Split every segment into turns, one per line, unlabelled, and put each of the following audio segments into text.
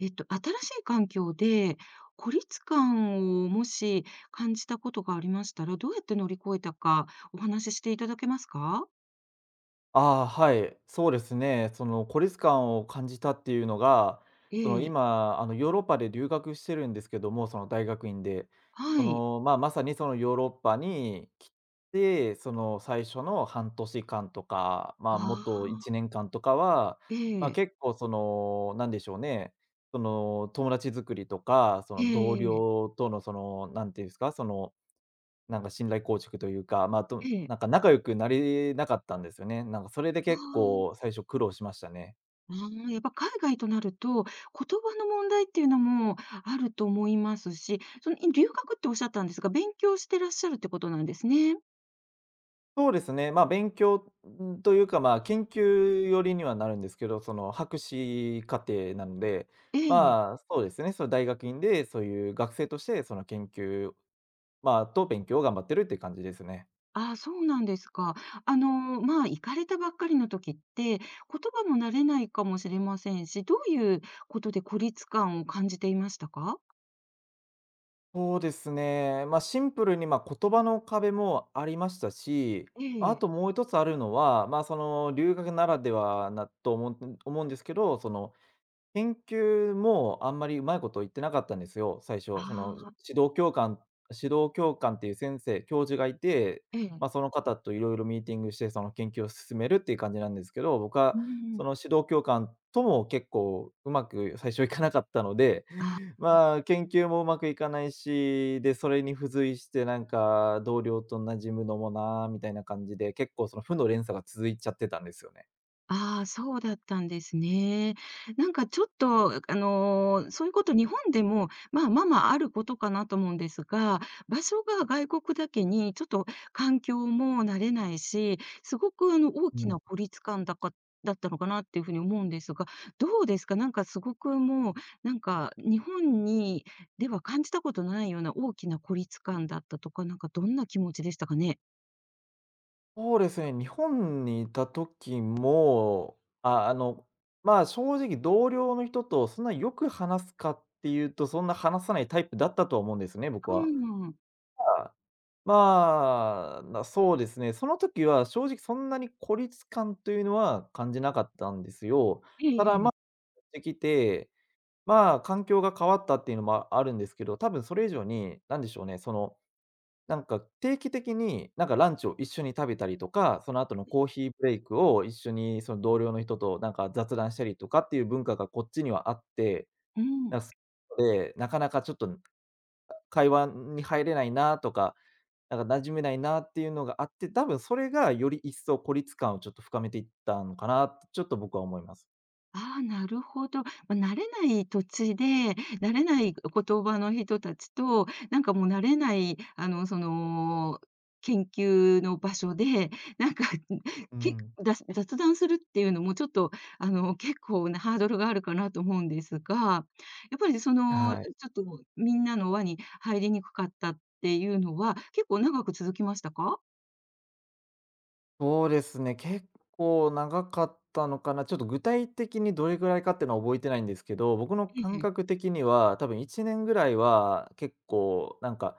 新しい環境で孤立感をもし感じたことがありましたら、どうやって乗り越えたかお話ししていただけますか？
ああ、はい。そうですね。その孤立感を感じたっていうのが、
え
その
え、
今、ヨーロッパで留学してるんですけども、その大学院で。そ
はい。
の、まあ、まさにそのヨーロッパに来て、その最初の半年間とか、まあ、もっ
あ
と1
あ、
年間とかは、
え
まあ、
え、
結構その、なんでしょうね、その友達作りとか、そ
え
の同
えええ、
僚とのその、なんていうんですか、その信頼構築というか、まあ、あと、
ええ
なんか仲良くなれなかったんですよね。なんかそれで
あ
結構最初苦労しましたね。
あ、ああ、やっぱ海外となると、言葉の問題っていうのもあると思いますし、その、留学っておっしゃったんですが、勉強してらっしゃるってことなんですね。
そうですね、まあ、勉強、ん、というか、まあ、研究寄りにはなるんですけど、その博士課程なので、
ええ。
まあ、そうですね、その大学院でそういう学生としてその研究、まあ、と勉強を頑張ってるっていう感じですね。
ああ、そうなんですか。まあ、行かれたばっかりの時って、言葉も慣れないかもしれませんし、どういうことで孤立感を感じていましたか？
そうですね。まあ、シンプルに、ま、言葉の壁もありましたし、
え
まあ
え。
ともう一つあるのは、まあ、その留学ならではなと思うんですけど、その研究もあんまりうまいこと言ってなかったんですよ、最
あ
初。その、
あ、
指導教官指導教官っていう先生教授がいて、
ええ。
まあ、その方といろいろミーティングして、その研究を進めるっていう感じなんですけど、僕は
う
そ
ん。
の指導教官とも結構うまく最初いかなかったので、
ああ。
まあ、研究もうまくいかないし、で、それに付随してなんか同僚と馴染むのもなあみたいな感じで、結構その負の連鎖が続いちゃってたんですよね。
ああ、そうだったんですね。なんかちょっと、そういうこと日本でも、まあまあまああることかなと思うんですが、場所が外国だけにちょっと環境も慣れないし、すごく大
う
き
ん。
な孤立感だったのかなっていうふうに思うんですが、どうですか？なんかすごくもう、なんか日本にでは感じたことないような大きな孤立感だったとか、なんかどんな気持ちでしたかね？
そうですね、日本にいた時も、まあ、正直同僚の人とそんなよく話すかっていうと、そんな話さないタイプだったとは思うんですね、僕
う
は。
ん。
あそうですね、その時は正直そんなに孤立感というのは感じなかったんですよ。
え
ただ、まあ、
え。
てきて、まあ、環境が変わったっていうのもああるんですけど、多分それ以上に、なんでしょうね、そのなんか定期的に、なんかランチを一緒に食べたりとか、その後のコーヒーブレイクを一緒にその同僚の人となんか雑談したりとかっていう文化がこっちにはあって、
う
な
ん。
んかそういうので、なかなかちょっと、会話に入れないなとか、なんか馴染めないなっていうのがあって、多分それがより一層孤立感をちょっと深めていったのかなって、ちょっと僕は思います。
ああ、なるほど。まあ、慣れない土地で、慣れない言葉の人たちと、なんかもう慣れない、研究の場所で、なんか、
う
け
ん。
雑談するっていうのもちょっと、結構なハードルがあるかなと思うんですが、やっぱりち
はい。
ょっとみんなの輪に入りにくかったっていうのは、結構長く続きましたか？
そうですね、結構長かったのかな。ちょっと具体的にどれぐらいかっていうのは覚えてないんですけど、僕の
え
感
え。
覚的には、多分1年ぐらいは結構なんか、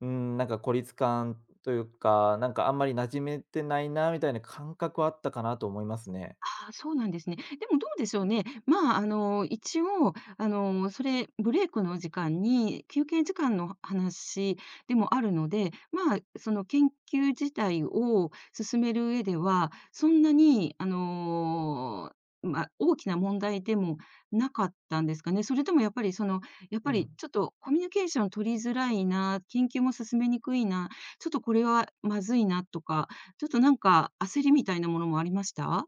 うん、なんか孤立感というか、なんかあんまり馴染めてないなみたいな感覚はあったかなと思いますね。
ああ、そうなんですね。でもどうでしょうね。まあ、一応、それ、ブレイクの時間に、休憩時間の話でもあるので、まあ、その研究自体を進める上では、そんなに、まあ、大きな問題でもなかったんですかね。それともやっぱり、その、やっぱ
う
り
ん。
ちょっとコミュニケーション取りづらいな、研究も進めにくいな、ちょっとこれはまずいなとか、ちょっとなんか焦りみたいなものもありました？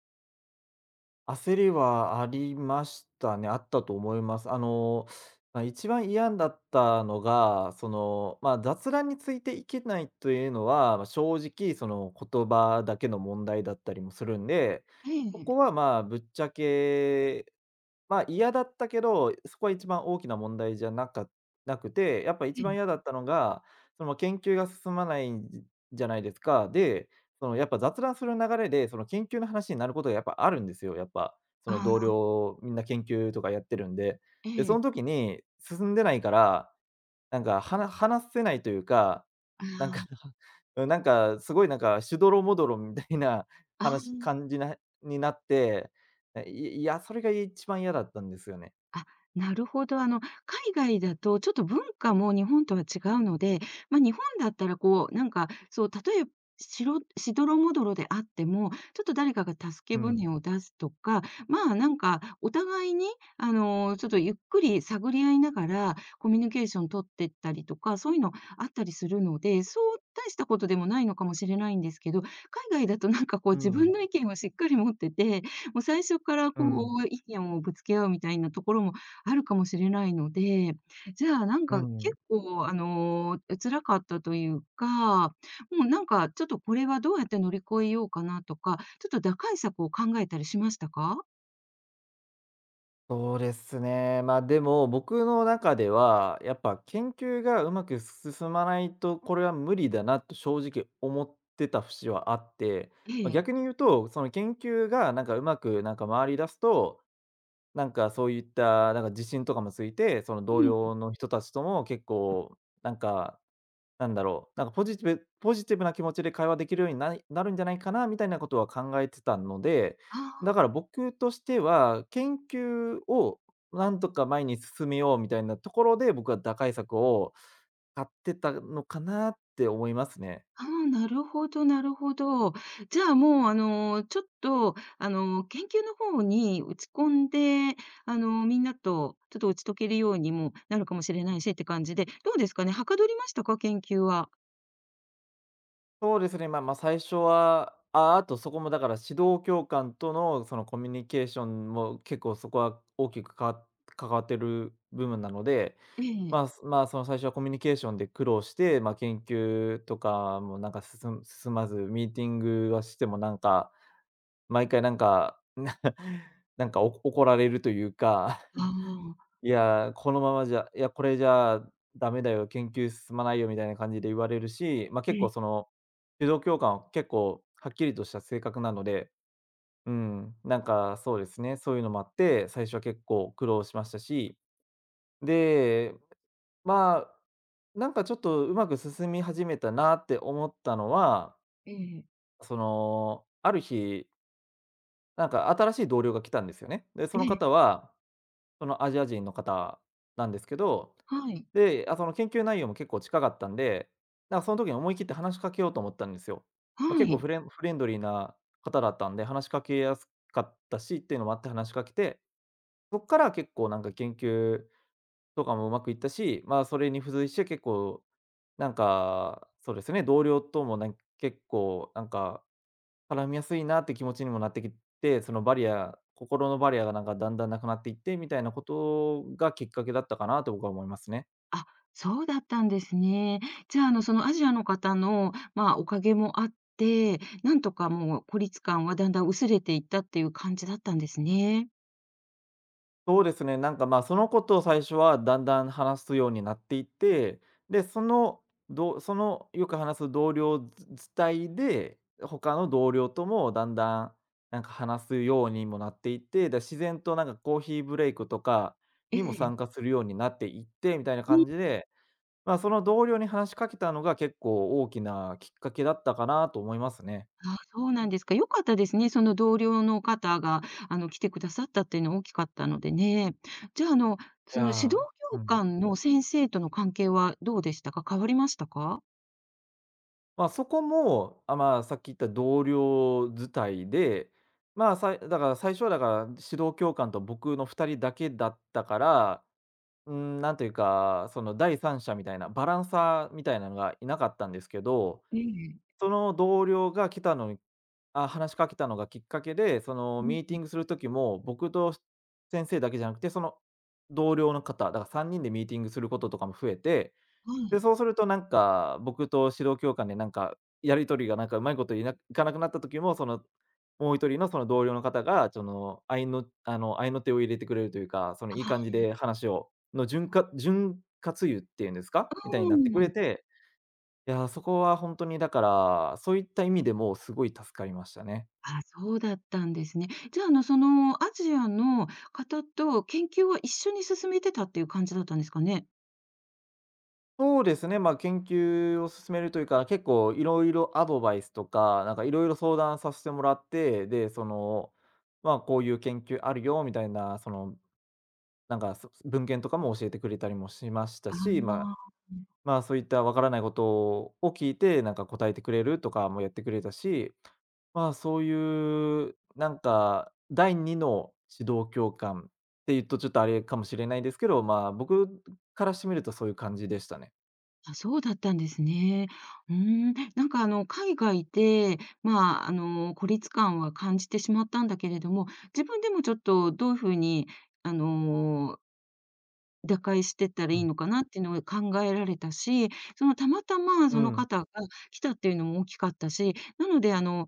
焦りはありましたね。あったと思います。あの、ま、一番嫌だったのが、その、まあ、雑談についていけないというのは、ま、正直その言葉だけの問題だったりもするんで、
ええ
こ
え
こ
え。
はまあぶっちゃけまあ、嫌だったけど、そこは一番大きな問題じゃなかなくて、やっぱ一
え
番
え。
嫌だったのが、その研究が進まないんじゃないですか。で、そのやっぱ雑談する流れで、その研究の話になることがやっぱあるんですよ、やっぱ。そ
あ
の同
あ、
僚みんな研究とかやってるんで。
え
で、そ
え。
の時に進んでないからなんか、話せないというか、
あ
なん
あ、
か、うん、なんか、すごいなんか、しどろもどろみたいな
あ
話
あ。
感じなになって、え、いいや、それが一番嫌だったんですよね。
あ、なるほど。海外だとちょっと文化も日本とは違うので、まあ、日本だったらこう、なんか、そう、例えばしどろもどろであっても、ちょっと誰かが助
う
け
ん。
舟を出すとか、まあ、なんかお互いに、ちょっとゆっくり探り合いながらコミュニケーション取ってったりとか、そういうのあったりするので、そう大したことでもないのかもしれないんですけど、海外だとなんかこう
う
自分
ん。
の意見をしっかり持ってて、もう最初から
う
こ
ん。
う意見をぶつけ合うみたいなところもあるかもしれないので、じゃあなん
う
か
ん。
結構辛かったというか、もうなんかちょっとこれはどうやって乗り越えようかなとか、ちょっと打開策を考えたりしましたか？
そうですね。まあ、でも、僕の中では、やっぱ研究がうまく進まないと、これは無理だなと正直思ってた節はあって、
え
ま、
え。
逆に言うと、その研究がなんかうまくなんか回り出すとなんかそういった、なんか自信とかもついて、その
う
同
ん。
僚の人たちとも結構、なんか、なんだろう、なんかポジティブな気持ちで会話できるようになるんじゃないかなみたいなことは考えてたので、
あ
だ
あ。
から僕としては、研究をなんとか前に進めようみたいなところで、僕は打開策を買ってたのかなって思いますね。
ああ、なるほどなるほど。じゃあ、もう、ちょっと、研究の方に打ち込んで、みんなとちょっと打ち解けるようにもなるかもしれないしって感じで、どうですかね、はかどりましたか？研究は。
そうですね、まあま、最初は、ああとそこもだから指導教官とのそのコミュニケーションも結構そこは大きく関わってる部分なので、
え
まあ、
え。
すまあ、その最初はコミュニケーションで苦労して、まあ、研究とかもなんか進まず、ミーティングはしてもなんか、毎回なんか、な なんか怒られるというか
ああ、
いや、このままじゃいや、これじゃあダメだよ、研究進まないよみたいな感じで言われるし、ま、あ
え
結構
え、
その、指導教官は結構はっきりとした性格なので、うん、なんかそうですね、そういうのもあって、最初は結構苦労しましたし、で、まあ、なんかちょっとうまく進み始めたなって思ったのは、
ええ。
その、ある日、なんか新しい同僚が来たんですよね。で、そ
え
の
え、
方はそのアジア人の方なんですけど、
はい、
で、あ、その研究内容も結構近かったんで、なんかその時に思い切って話しかけようと思ったんですよ。まあ、
は
結構
い。
フレンドリーな方だったんで、話しかけやすかったしっていうのもあって話しかけて、そっから結構なんか研究とかもうまくいったし、まあ、それに付随して結構、なんか、そうですね、同僚とも結構なんか絡みやすいなって気持ちにもなってきて、そのバリア心のバリアがなんかだんだんなくなっていって、みたいなことがきっかけだったかなと僕は思いますね。
あ、そうだったんですね。じゃあ、そのアジアの方の、まあ、おかげもあって、なんとかもう孤立感はだんだん薄れていったっていう感じだったんですね。
そうですね、なんか、ま、あそのことを最初はだんだん話すようになっていって、で、その、そのよく話す同僚ず伝いで、他の同僚ともだんだん、なんか話すようにもなっていって、で、自然となんかコーヒーブレイクとか
え
にも
え。
参加するようになっていってみたいな
う
感
ん。
じでまあ、その同僚に話しかけたのが結構大きなきっかけだったかなと思いますね。
ああ、そうなんですか。良かったですね。その同僚の方が、来てくださったっていうのは大きかったのでね。じゃあ、
い
そ
や
の指導
ー。う
教
ん。
官の先生との関係はどうでしたか？変わりましたか？
まあ、そこも、まあ、さっき言った同僚伝いで、まあ、さいだから最初はだから指導教官と僕の2人だけだったから、うん、なんというか、その第三者みたいな、バランサーみたいなのがいなかったんですけど、
ええ。
その同僚が来たのにあ、話しかけたのがきっかけで、その
うん。
ミーティングする時も、僕と先生だけじゃなくて、その同僚の方、だから3人でミーティングすることとかも増えて、
は
で、
い。
そうするとなんか、僕と指導教官でなんか、やり取りがなんかうまいこといないかなくなった時も、その、もう一人のその同僚の方が、その、合いの手を入れてくれるというか、そのいい
あ
感じで話をのじゅ潤滑油っていうんですか？
あ、
みたいになってく
う
れ
ん
て、いや、そこは本当にだから、そういった意味でもすごい助かりましたね。
あ、そうだったんですね。じゃあ、そのアジアの方と研究を一緒に進めてたっていう感じだったんですかね？
そうですね、まあ、研究を進めるというか、結構いろいろアドバイスとか、なんかいろいろ相談させてもらって、で、その、まあ、こういう研究あるよみたいな、その、なんか、文献とかも教えてくれたりもしました
あ
し、まあ、
あ。
まあ、そういったわからないことを聞いて、なんか答えてくれるとかもやってくれたし、まあ、そういう、なんか、第2の指導教官っていうとちょっとあれかもしれないですけど、まあ、僕からしてみるとそういう感じでしたね。
あ、そうだったんですね。うーん、なんか海外で、まあ、孤立感は感じてしまったんだけれども、自分でもちょっとどういうふうに、あの、打開してったら
う
いい
ん。
のかなっていうのを考えられたし、そのたまたま
う
その
ん。
方が来たっていうのも大きかったし、なのであの、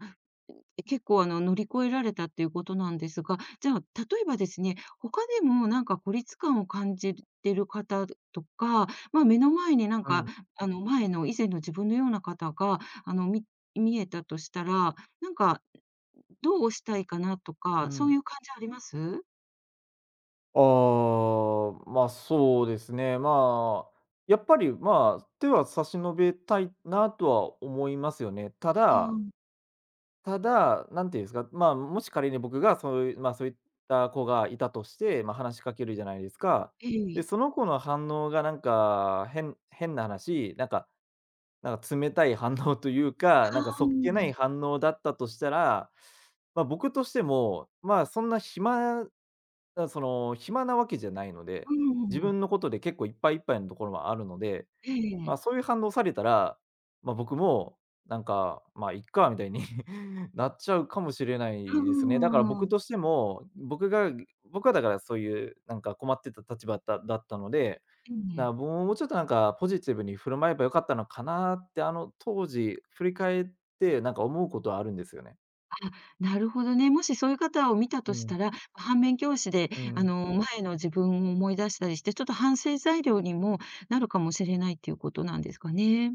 え、結構乗り越えられたっていうことなんですが、じゃあ、例えばですね、他でもなんか孤立感を感じてる方とか、まあ、目の前になん
う
か、
ん、
以前の自分のような方が、あの、見見えたとしたら、なんかどうしたいかなと
う
か、そうい
ん。
う感じあります？
あそうですね。まあ、やっぱり、まあ、手は差し伸べたいなとは思いますよね。た
あ
だ
ー
ただ、なんていうんですか、まあ、もし仮に僕がそういう、ま、そういった子がいたとして、ま、話しかけるじゃないですか。
え
で、
え。
その子の反応がなんか、変な話、なんか冷たい反応というか、
あ
な
あ、
んかそっ
う
けな
ん。
い反応だったとしたら、ま、僕としても、まあ、そんな暇だ、その、暇なわけじゃないので、自
ん。
分のことで結構いっぱいいっぱいのところはあるので、
え
ま
え。
あ、そういう反応されたら、まあ、僕も、なんか、まあ、いっかみたいに なっちゃうかもしれな
う
いですね。だから
んうんう
僕
ん。
としても、僕はだからそういうなんか困ってた立場だったので、
ええ。
な、もうちょっとなんかポジティブに振る舞えばよかったのかなって、あの当時振り返ってなんか思うことはあるんですよね。
あ、なるほどね。もしそういう方を見た
う
とし
ん、
たら、反面教師で、
うん。
前の自分を思い出したりして、ちょっと反省材料にもなるかもしれないっていうことなんですかね。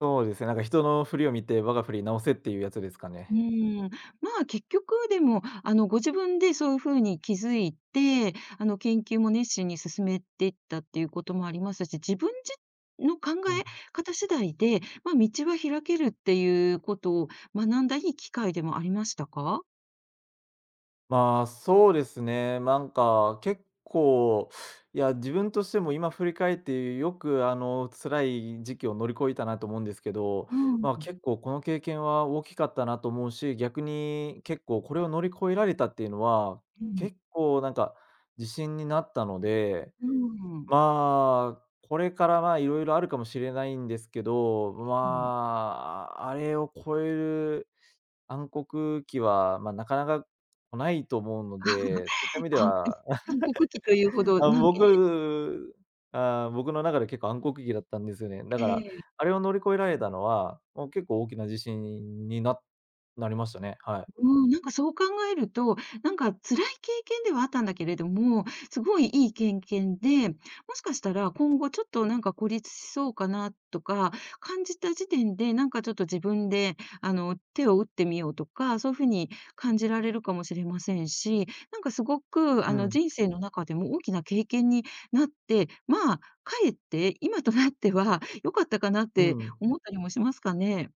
そうですね、なんか人の振りを見て我が振り直せっていうやつですか
う
ね。
ーん。まあ、結局でも、ご自分でそういう風に気づいて、研究も熱心に進めていったっていうこともありますし、自分の考
うん。
え方次第で、まあ、道は開けるっていうことを学んだいい機会でもありましたか？
まあ、そうですね。なんか、結構、いや、自分としても今振り返ってよく、あの、辛い時期を乗り越えたなと思うんですけど、
う
まあ、
ん。
結構この経験は大きかったなと思うし、逆に結構これを乗り越えられたっていうのは、
うん。
結構なんか自信になったので、
うん。
まあ、これからまあいろいろあるかもしれないんですけど、まあ、あれを超える暗黒期は、まあ、なかなか来ないと思うので、そういった意味で
反復
は、
反復期というほど、
あ、
なんね
僕ああ、僕の中で結構暗黒期だったんですよね。だから、
ええ
あれを乗り越えられたのは、もう結構大きな自信になりましたね。はい。
うん、なんかそう考えると、なんか辛い経験ではあったんだけれども、すごいいい経験で、もしかしたら今後ちょっとなんか孤立しそうかなとか感じた時点で、なんかちょっと自分で、手を打ってみようとか、そういうふうに感じられるかもしれませんし、なんかすごく、
うん、
人生の中でも大きな経験になって、まあ、かえって今となっては良かったかなっ
う
て
ん。
思ったりもしますかね。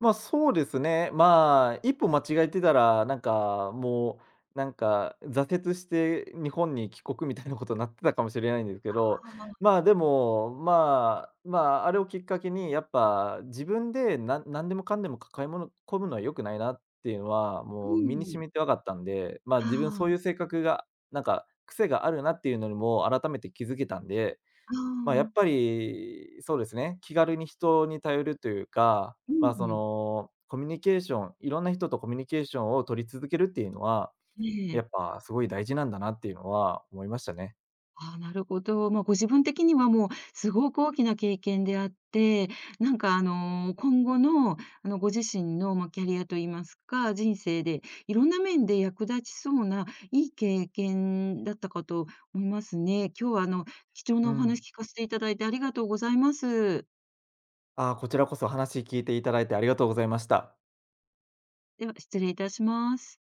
そうですね。まあ、一歩間違えてたら、なんか、もう、なんか、挫折して日本に帰国みたいなことになってたかもしれないんですけど、
ああ、
まあ、でも、まあ、まあ、あれをきっかけに、やっぱ自分で何でもかんでも抱え込むのは良くないなっていうのは、
う
もう身
ん
に
うん。
染みて分かったんで、まあ、
あ
自分
あ、
そういう
あ
性格が、なんか癖があるなっていうのにも改めて気づけたんで、
あ。
まあ、やっぱり、そうですね、気軽に人に頼るというか、
う
まあ、そ
ん、
の、コミュニケーションいろんな人とコミュニケーションを取り続けるっていうのは、
え
や
え。
っぱすごい大事なんだなっていうのは思いましたね。
ああ、なるほど。まあ、ご自分的にはもうすごく大きな経験であって、なんか今後のご自身の、まあ、キャリアと言いますか、人生でいろんな面で役立ちそうないい経験だったかと思いますね。今日は貴重
う
なお
ん。
話聞かせていただいてありがとうございます。
ああ、こちらこそ話聞いていただいてありがとうございました。
では、失礼いたします。